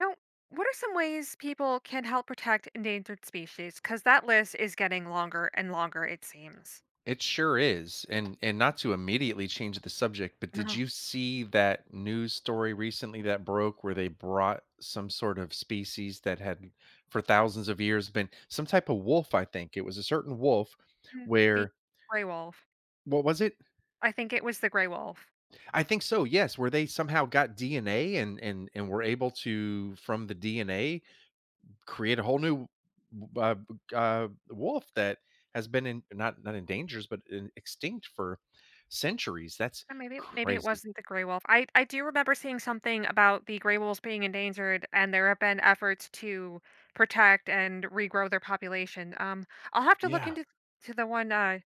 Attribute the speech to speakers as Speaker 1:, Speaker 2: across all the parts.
Speaker 1: Now, what are some ways people can help protect endangered species? Because that list is getting longer and longer, it seems.
Speaker 2: It sure is. And not to immediately change the subject, but did
Speaker 1: No,
Speaker 2: you see that news story recently that broke where they brought some sort of species that had for thousands of years been some type of wolf, I think. It was a certain wolf
Speaker 1: mm, the
Speaker 2: where
Speaker 1: gray wolf.
Speaker 2: what was it?
Speaker 1: I think it was the gray wolf.
Speaker 2: I think so, yes, where they somehow got DNA and were able to from the DNA create a whole new uh, wolf that has been in not endangered but in, extinct for centuries. That's
Speaker 1: Or maybe maybe it
Speaker 2: crazy.
Speaker 1: wasn't the gray wolf. I do remember seeing something about the gray wolves being endangered, and there have been efforts to protect and regrow their population. I'll have to look
Speaker 2: Yeah.
Speaker 1: into to the one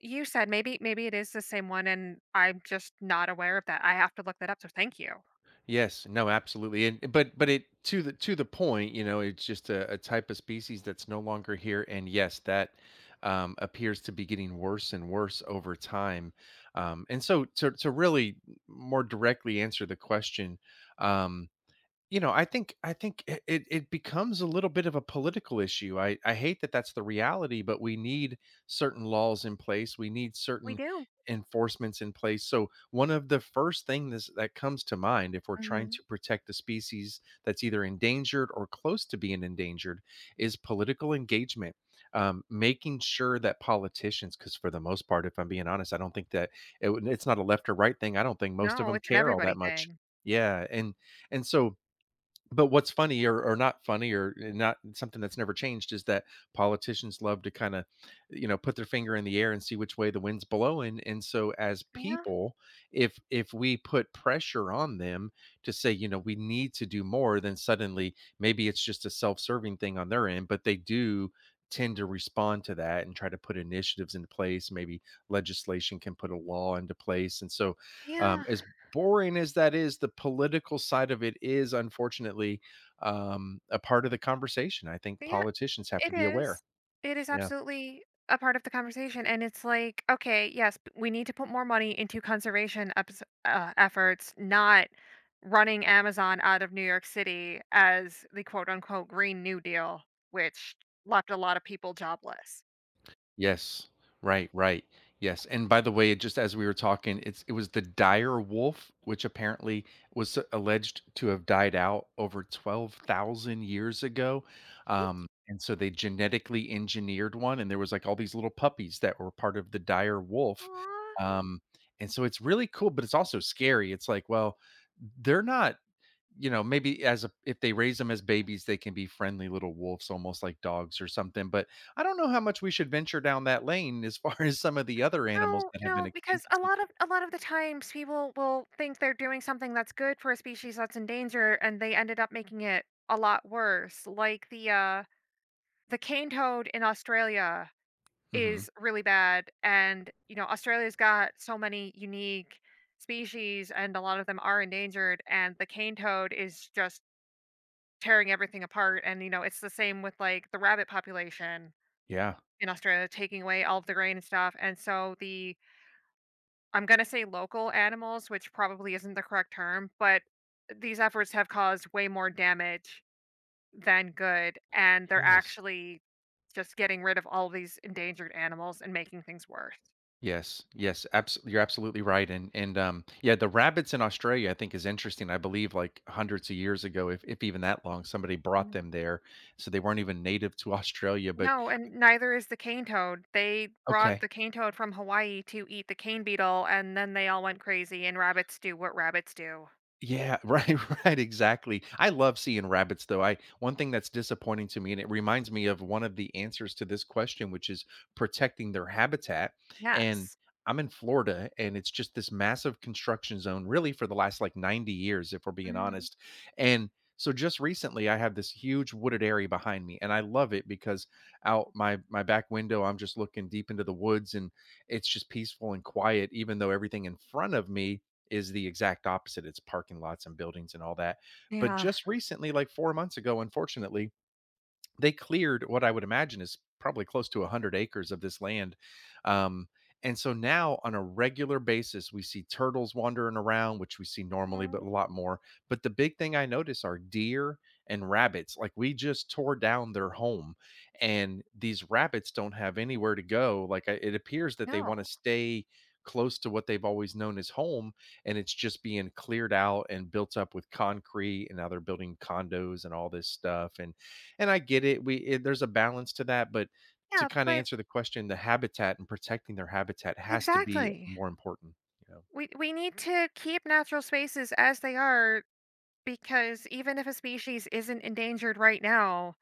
Speaker 1: you said. Maybe it is the same one, and I'm just not aware of that. I have to look that up. So thank you.
Speaker 2: Yes. No. Absolutely. And but it to the point. You know, it's just a type of species that's no longer here. And yes, that appears to be getting worse and worse over time. And so to really more directly answer the question. Um, You know, I think it becomes a little bit of a political issue. I hate that that's the reality, but we need certain laws in place. We need
Speaker 1: We
Speaker 2: certain
Speaker 1: do.
Speaker 2: enforcements in place. So one of the first things that comes to mind if we're trying
Speaker 1: Hmm.
Speaker 2: to protect the species that's either endangered or close to being endangered is political engagement. Making sure that politicians, because for the most part, if I'm being honest, I don't think that it's not a left or right thing. I don't think most of
Speaker 1: No,
Speaker 2: them
Speaker 1: it's an
Speaker 2: care all
Speaker 1: everybody
Speaker 2: that much.
Speaker 1: thing.
Speaker 2: Yeah, and so but what's funny or not funny or not something that's never changed is that politicians love to kind of put their finger in the air and see which way the wind's blowing. And so as
Speaker 1: Yeah,
Speaker 2: people, if we put pressure on them to say, you know, we need to do more, then suddenly maybe it's just a self-serving thing on their end, but they do tend to respond to that and try to put initiatives into place, maybe legislation can put a law into place. and so um,
Speaker 1: yeah,
Speaker 2: as boring as that is, the political side of it is unfortunately a part of the conversation. I think
Speaker 1: yeah,
Speaker 2: politicians have to
Speaker 1: it
Speaker 2: be aware.
Speaker 1: is. It is
Speaker 2: Yeah.
Speaker 1: absolutely a part of the conversation, and it's like, okay, yes, we need to put more money into conservation efforts, not running Amazon out of New York City as the quote unquote Green New Deal, which left a lot of people jobless.
Speaker 2: Yes. Right, right. Yes, and by the way, just as we were talking, it was the dire wolf, which apparently was alleged to have died out over 12,000 years ago,
Speaker 1: Thank
Speaker 2: and so they genetically engineered one, and there was, like, all these little puppies that were part of the dire wolf.
Speaker 1: you.
Speaker 2: Um, and so it's really cool, but it's also scary. It's like, well, they're not, you know, maybe if they raise them as babies, they can be friendly little wolves, almost like dogs or something. But I don't know how much we should venture down that lane as far as some of the other animals
Speaker 1: No,
Speaker 2: that have been
Speaker 1: no, because
Speaker 2: extinct.
Speaker 1: a
Speaker 2: It's
Speaker 1: lot of a lot of the times people will think they're doing something that's good for a species that's in danger, and they ended up making it a lot worse. Like the cane toad in Australia
Speaker 2: like, hmm,
Speaker 1: is really bad, and you know Australia's got so many unique species, and a lot of them are endangered, and the cane toad is just tearing everything apart. And you know it's the same with like the rabbit population
Speaker 2: yeah,
Speaker 1: in Australia, taking away all of the grain and stuff, and so the I'm gonna say local animals, which probably isn't the correct term, but these efforts have caused way more damage than good, and they're
Speaker 2: yes,
Speaker 1: actually just getting rid of all these endangered animals and making things worse.
Speaker 2: yes, yes. Absolutely, you're absolutely right. And yeah, the rabbits in Australia, I think, is interesting. I believe like hundreds of years ago, if even that long, somebody brought
Speaker 1: Mhm.
Speaker 2: them there, so they weren't even native to Australia. But
Speaker 1: No, and neither is the cane toad. They brought
Speaker 2: okay,
Speaker 1: the cane toad from Hawaii to eat the cane beetle, and then they all went crazy, and rabbits do what rabbits do.
Speaker 2: yeah, right, right, exactly. I love seeing rabbits though. I One thing that's disappointing to me and it reminds me of one of the answers to this question, which is protecting their habitat. And
Speaker 1: Yes.
Speaker 2: I'm in Florida and it's just this massive construction zone really for the last like 90 years, if we're being
Speaker 1: Mhm.
Speaker 2: honest. And so just recently I have this huge wooded area behind me, and I love it because out my back window I'm just looking deep into the woods, and it's just peaceful and quiet, even though everything in front of me is the exact opposite. It's parking lots and buildings and all that. But
Speaker 1: Yeah.
Speaker 2: just recently, like 4 months ago, unfortunately, they cleared what I would imagine is probably close to 100 acres of this land. Um, and so now on a regular basis, we see turtles wandering around, which we see normally,
Speaker 1: Aw,
Speaker 2: but a lot more. But the big thing I notice are deer and rabbits. Like, we just tore down their home, and these rabbits don't have anywhere to go. It appears that they
Speaker 1: no.
Speaker 2: want to stay close to what they've always known as home, and it's just being cleared out and built up with concrete. And now they're building condos and all this stuff. And I get it. There's a balance to that, but to
Speaker 1: Yeah,
Speaker 2: kind of
Speaker 1: but
Speaker 2: answer the question, the habitat and protecting their habitat has to be
Speaker 1: exactly.
Speaker 2: more important. You know.
Speaker 1: We need to keep natural spaces as they are because even if a species isn't endangered right now,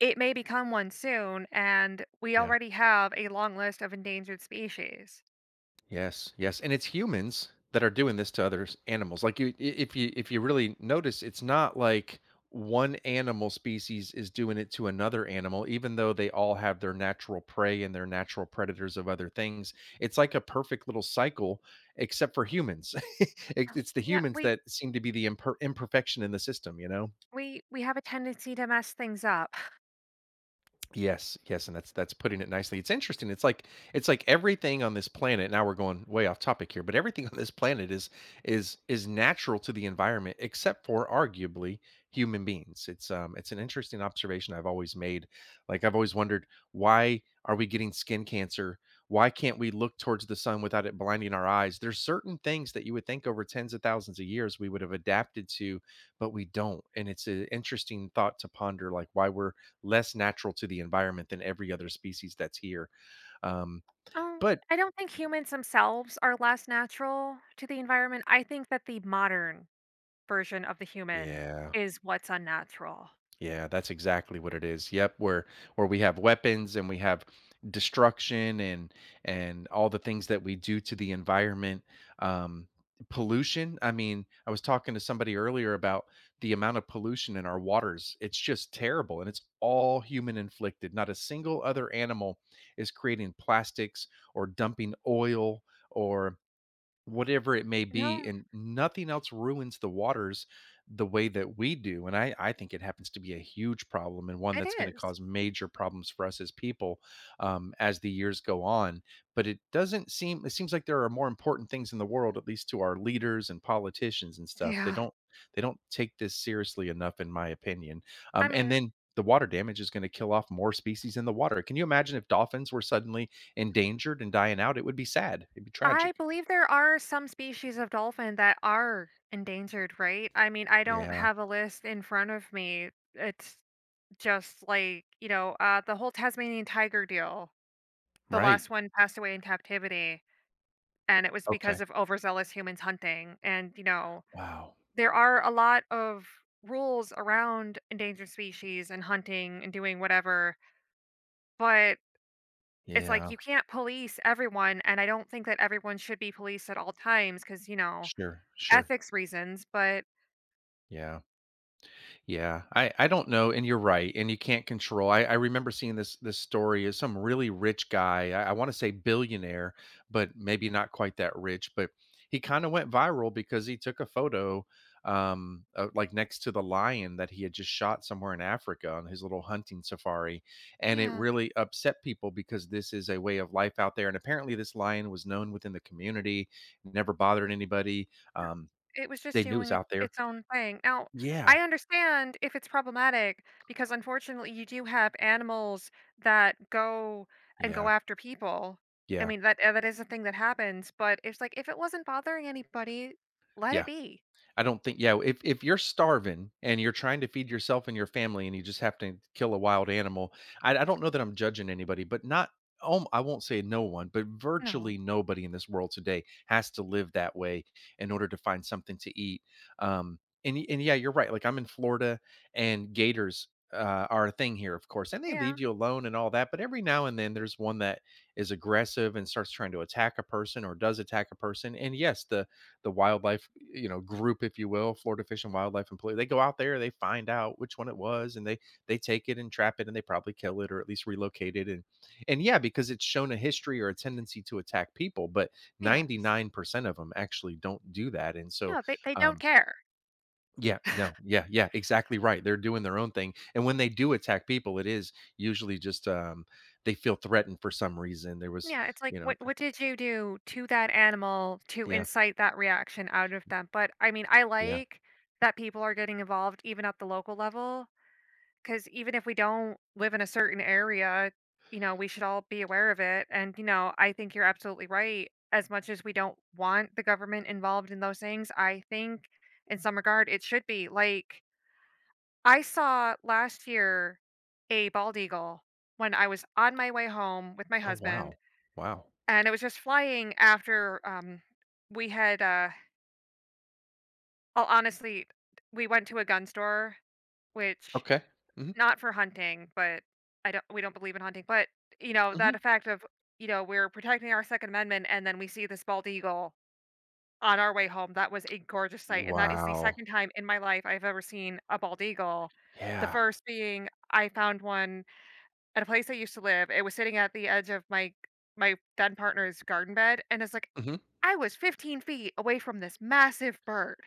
Speaker 1: it may become one soon, and we
Speaker 2: Yeah.
Speaker 1: already have a long list of endangered species.
Speaker 2: Yes. Yes. And it's humans that are doing this to other animals. If you really notice, it's not like one animal species is doing it to another animal, even though they all have their natural prey and their natural predators of other things. It's like a perfect little cycle, except for humans. It's the
Speaker 1: Yeah,
Speaker 2: humans
Speaker 1: we
Speaker 2: that seem to be the imperfection in the system. You know.
Speaker 1: we we have a tendency to mess things up.
Speaker 2: Yes, yes, and that's putting it nicely. It's interesting. It's like everything on this planet. Now we're going way off topic here, but everything on this planet is natural to the environment, except for arguably human beings. It's an interesting observation I've always made. Like, I've always wondered, why are we getting skin cancer? Why can't we look towards the sun without it blinding our eyes? There's certain things that you would think over tens of thousands of years we would have adapted to, but we don't. And it's an interesting thought to ponder, like why we're less natural to the environment than every other species that's here. Um,
Speaker 1: Oh,
Speaker 2: but
Speaker 1: I don't think humans themselves are less natural to the environment. I think that the modern version of the human
Speaker 2: yeah,
Speaker 1: is what's unnatural.
Speaker 2: yeah, that's exactly what it is. Yep, where we have weapons and we have destruction and all the things that we do to the environment. Um, pollution. I mean, I was talking to somebody earlier about the amount of pollution in our waters. It's just terrible, and it's all human inflicted. Not a single other animal is creating plastics or dumping oil or whatever it may be,
Speaker 1: No,
Speaker 2: and nothing else ruins the waters the way that we do, and I think it happens to be a huge problem and one
Speaker 1: it
Speaker 2: that's gonna
Speaker 1: is.
Speaker 2: cause major problems for us as people, as the years go on, but it doesn't seem it seems like there are more important things in the world, at least to our leaders and politicians and stuff.
Speaker 1: Yeah.
Speaker 2: They don't take this seriously enough in my opinion,
Speaker 1: I
Speaker 2: and
Speaker 1: mean,
Speaker 2: then the water damage is gonna kill off more species in the water. Can you imagine if dolphins were suddenly endangered and dying out? It would be sad. It'd be
Speaker 1: I
Speaker 2: tragic.
Speaker 1: believe there are some species of dolphin that are endangered, right? I mean, I don't
Speaker 2: Yeah.
Speaker 1: have a list in front of me. It's just like, you know, the whole Tasmanian tiger deal. The
Speaker 2: Right.
Speaker 1: last one passed away in captivity, and it was because
Speaker 2: Okay.
Speaker 1: of overzealous humans hunting. And, you know,
Speaker 2: Wow.
Speaker 1: there are a lot of rules around endangered species and hunting and doing whatever, but it's like
Speaker 2: Yeah.
Speaker 1: you can't police everyone. And I don't think that everyone should be policed at all times because, you know,
Speaker 2: Sure. Sure.
Speaker 1: ethics reasons, but
Speaker 2: Yeah. Yeah, I don't know, and you're right, and you can't control. I remember seeing this story is some really rich guy. I want to say billionaire, but maybe not quite that rich. But he kind of went viral because he took a photo, of, like, next to the lion that he had just shot somewhere in Africa on his little hunting safari, and it
Speaker 1: yeah,
Speaker 2: really upset people because this is a way of life out there. And apparently, this lion was known within the community, never bothered anybody.
Speaker 1: no,
Speaker 2: Um,
Speaker 1: it was just
Speaker 2: they knew it was
Speaker 1: doing it,
Speaker 2: out there.
Speaker 1: its own thing. Now, I
Speaker 2: Yeah,
Speaker 1: understand if it's problematic because unfortunately you do have animals that go and go
Speaker 2: yeah,
Speaker 1: after people. I
Speaker 2: yeah.
Speaker 1: mean that that is a thing that happens, but it's like if it wasn't bothering anybody, let it
Speaker 2: Yeah,
Speaker 1: be.
Speaker 2: I don't think yeah, if you're starving and you're trying to feed yourself and your family and you just have to kill a wild animal, I don't know that I'm judging anybody, but not I won't say no one, but
Speaker 1: No.
Speaker 2: virtually nobody in this world today has to live that way in order to find something to eat. Um, and yeah, you're right. Like, I'm in Florida, and gators are a thing here, of course, and they
Speaker 1: Yeah.
Speaker 2: leave you alone and all that. But every now and then, there's one that is aggressive and starts trying to attack a person or does attack a person. And yes, the wildlife, you know, group, if you will, Florida Fish and Wildlife Employee. They go out there, they find out which one it was, and they take it and trap it, and they probably kill it or at least relocate it. And yeah, because it's shown a history or a tendency to attack people, but ninety
Speaker 1: Yes.
Speaker 2: nine percent of them actually don't do that. And so,
Speaker 1: No, they don't
Speaker 2: um,
Speaker 1: care.
Speaker 2: yeah, no, yeah, yeah, exactly right. They're doing their own thing, and when they do attack people, it is usually just they feel threatened for some reason. There was,
Speaker 1: Yeah, it's like
Speaker 2: you know,
Speaker 1: what did you do to that animal to
Speaker 2: yeah,
Speaker 1: incite that reaction out of them? But I mean, I
Speaker 2: yeah.
Speaker 1: like that people are getting involved even at the local level because even if we don't live in a certain area, you know, we should all be aware of it. And you know, I think you're absolutely right. As much as we don't want the government involved in those things, I think in some regard it should be. Like I saw last year a bald eagle when I was on my way home with my
Speaker 2: Oh
Speaker 1: husband
Speaker 2: wow, wow.
Speaker 1: and it was just flying after, we had, will honestly, we went to a gun store, which
Speaker 2: Okay. Hmm.
Speaker 1: not for hunting, but I don't we don't believe in hunting, but, you know, that effect of, you know, we're protecting our Second Amendment, and then we see this bald eagle on our way home, that was a gorgeous sight, and that is the
Speaker 2: Wow.
Speaker 1: second time in my life I've ever seen a bald eagle. The
Speaker 2: Yeah.
Speaker 1: first being I found one at a place I used to live, it was sitting at the edge of my then partner's garden bed, and it's like
Speaker 2: Mhm.
Speaker 1: I was 15 feet away from this massive bird,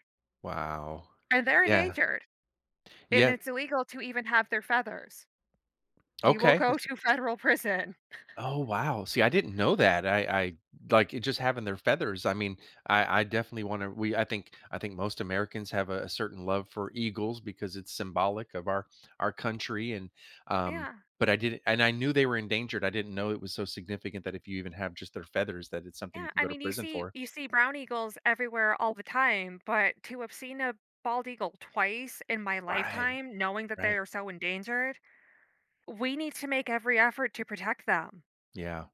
Speaker 2: Wow.
Speaker 1: and they're
Speaker 2: Yeah.
Speaker 1: endangered, and
Speaker 2: Yeah.
Speaker 1: it's illegal to even have their feathers. You will
Speaker 2: Okay.
Speaker 1: go
Speaker 2: It's
Speaker 1: to federal prison.
Speaker 2: Oh, wow. See, I didn't know that. I like, it just having their feathers. I mean, I definitely wanna we I think most Americans have a certain love for eagles because it's symbolic of our country and, um,
Speaker 1: Yeah.
Speaker 2: but I didn't and I knew they were endangered. I didn't know it was so significant that if you even have just their feathers, that it's something
Speaker 1: Yeah,
Speaker 2: you can
Speaker 1: I
Speaker 2: go to
Speaker 1: mean, you
Speaker 2: prison
Speaker 1: see
Speaker 2: for.
Speaker 1: you see brown eagles everywhere all the time, but to have seen a bald eagle twice in my
Speaker 2: Right.
Speaker 1: lifetime, knowing that they
Speaker 2: Right.
Speaker 1: are so endangered, we need to make every effort to protect them.
Speaker 2: Yeah.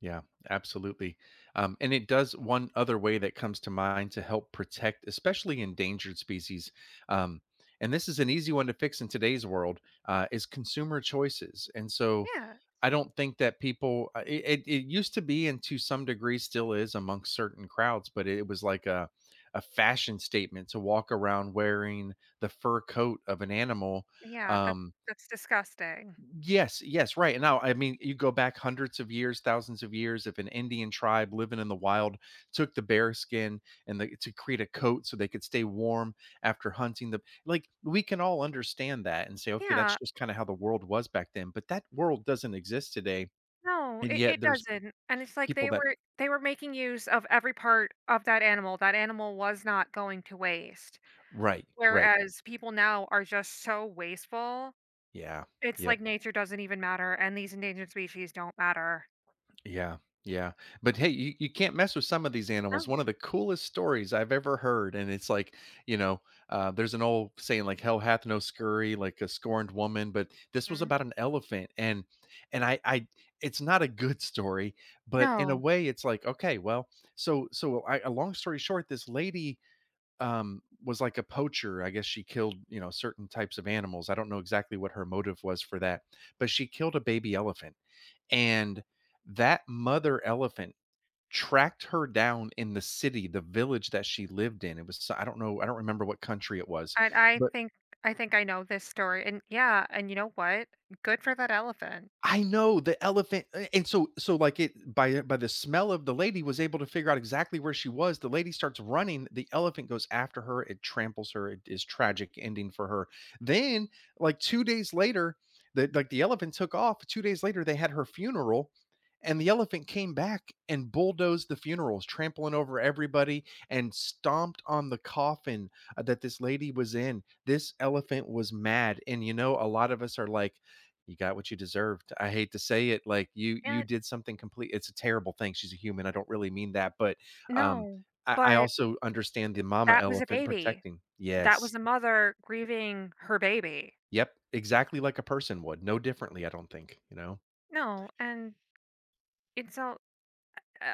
Speaker 2: Yeah, absolutely. And it does one other way that comes to mind to help protect, especially endangered species. Um, and this is an easy one to fix in today's world, is consumer choices. And so
Speaker 1: Yeah,
Speaker 2: I don't think that people it used to be and to some degree still is amongst certain crowds, but it was like a fashion statement to walk around wearing the fur coat of an animal.
Speaker 1: yeah,
Speaker 2: Um,
Speaker 1: that's disgusting.
Speaker 2: Yes, yes, right. And now, I mean, you go back hundreds of years, thousands of years. If an Indian tribe living in the wild took the bear skin and the, to create a coat so they could stay warm after hunting them, like we can all understand that and say, okay,
Speaker 1: Yeah,
Speaker 2: that's just kind of how the world was back then. But that world doesn't exist today,
Speaker 1: no,
Speaker 2: and
Speaker 1: it
Speaker 2: yet there's
Speaker 1: doesn't, and it's like
Speaker 2: people that
Speaker 1: they were making use of every part of that animal. That animal was not going to waste,
Speaker 2: right, right,
Speaker 1: whereas people now are just so wasteful.
Speaker 2: yeah,
Speaker 1: It's
Speaker 2: yeah.
Speaker 1: like nature doesn't even matter, and these endangered species don't matter.
Speaker 2: Yeah, yeah. But hey, you can't mess with some of these animals.
Speaker 1: No.
Speaker 2: One of the coolest stories I've ever heard, and it's like, you know, there's an old saying like "Hell hath no scurry," like a scorned woman. But this was
Speaker 1: Mhm.
Speaker 2: about an elephant, and and I, I, it's not a good story, but in a
Speaker 1: No,
Speaker 2: way, it's like, okay, well, so I, a long story short, this lady was like a poacher, I guess. She killed, you know, certain types of animals. I don't know exactly what her motive was for that, but she killed a baby elephant, and that mother elephant tracked her down in the city, the village that she lived in. It was so, I don't know, I don't remember what country it was,
Speaker 1: and
Speaker 2: but.
Speaker 1: I think I know this story, and yeah, and you know what? Good for that elephant.
Speaker 2: I know the elephant a and so, like, it by the smell of the lady was able to figure out exactly where she was. The lady starts running, the elephant goes after her, it tramples her, it is tragic ending for her. Then, like, 2 days later, the elephant took off, 2 days later, they had her funeral, and the elephant came back and bulldozed the funerals, trampling over everybody and stomped on the coffin, that this lady was in. This elephant was mad, and, you know, a lot of us are like, you got what you deserved. I hate to say it, like you
Speaker 1: And
Speaker 2: did something complete. It's a terrible thing. She's a human. I don't really mean that, but um,
Speaker 1: no,
Speaker 2: I
Speaker 1: but
Speaker 2: also understand the mama
Speaker 1: that was a
Speaker 2: elephant
Speaker 1: baby.
Speaker 2: protecting.
Speaker 1: That
Speaker 2: Yes.
Speaker 1: was a mother grieving her baby.
Speaker 2: Yep. Exactly like a person would. No differently. I don't think. You know.
Speaker 1: No, and it's all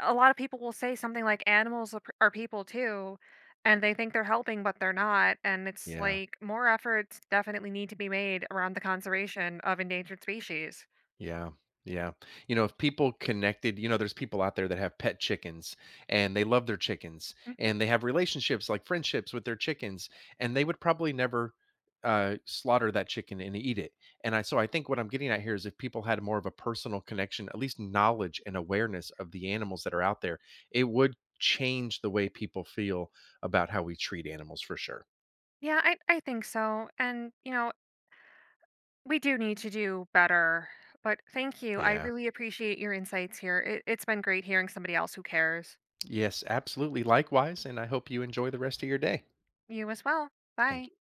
Speaker 1: a lot of people will say something like animals are are people too, and they think they're helping but they're not, and it's
Speaker 2: Yeah.
Speaker 1: like more efforts definitely need to be made around the conservation of endangered species.
Speaker 2: Yeah. Yeah. You know, if people connected, you know, there's people out there that have pet chickens and they love their chickens
Speaker 1: Hmm.
Speaker 2: and they have relationships like friendships with their chickens and they would probably never slaughter that chicken and eat it. And I so I think what I'm getting at here is if people had more of a personal connection, at least knowledge and awareness of the animals that are out there, it would change the way people feel about how we treat animals for sure.
Speaker 1: Yeah, I, think so, and you know we do need to do better, but thank you. I
Speaker 2: Yeah.
Speaker 1: really appreciate your insights here. It, it's been great hearing somebody else who cares.
Speaker 2: Yes, absolutely. Likewise, and I hope you enjoy the rest of your day.
Speaker 1: You as well.
Speaker 2: Thank
Speaker 1: Bye.
Speaker 2: you.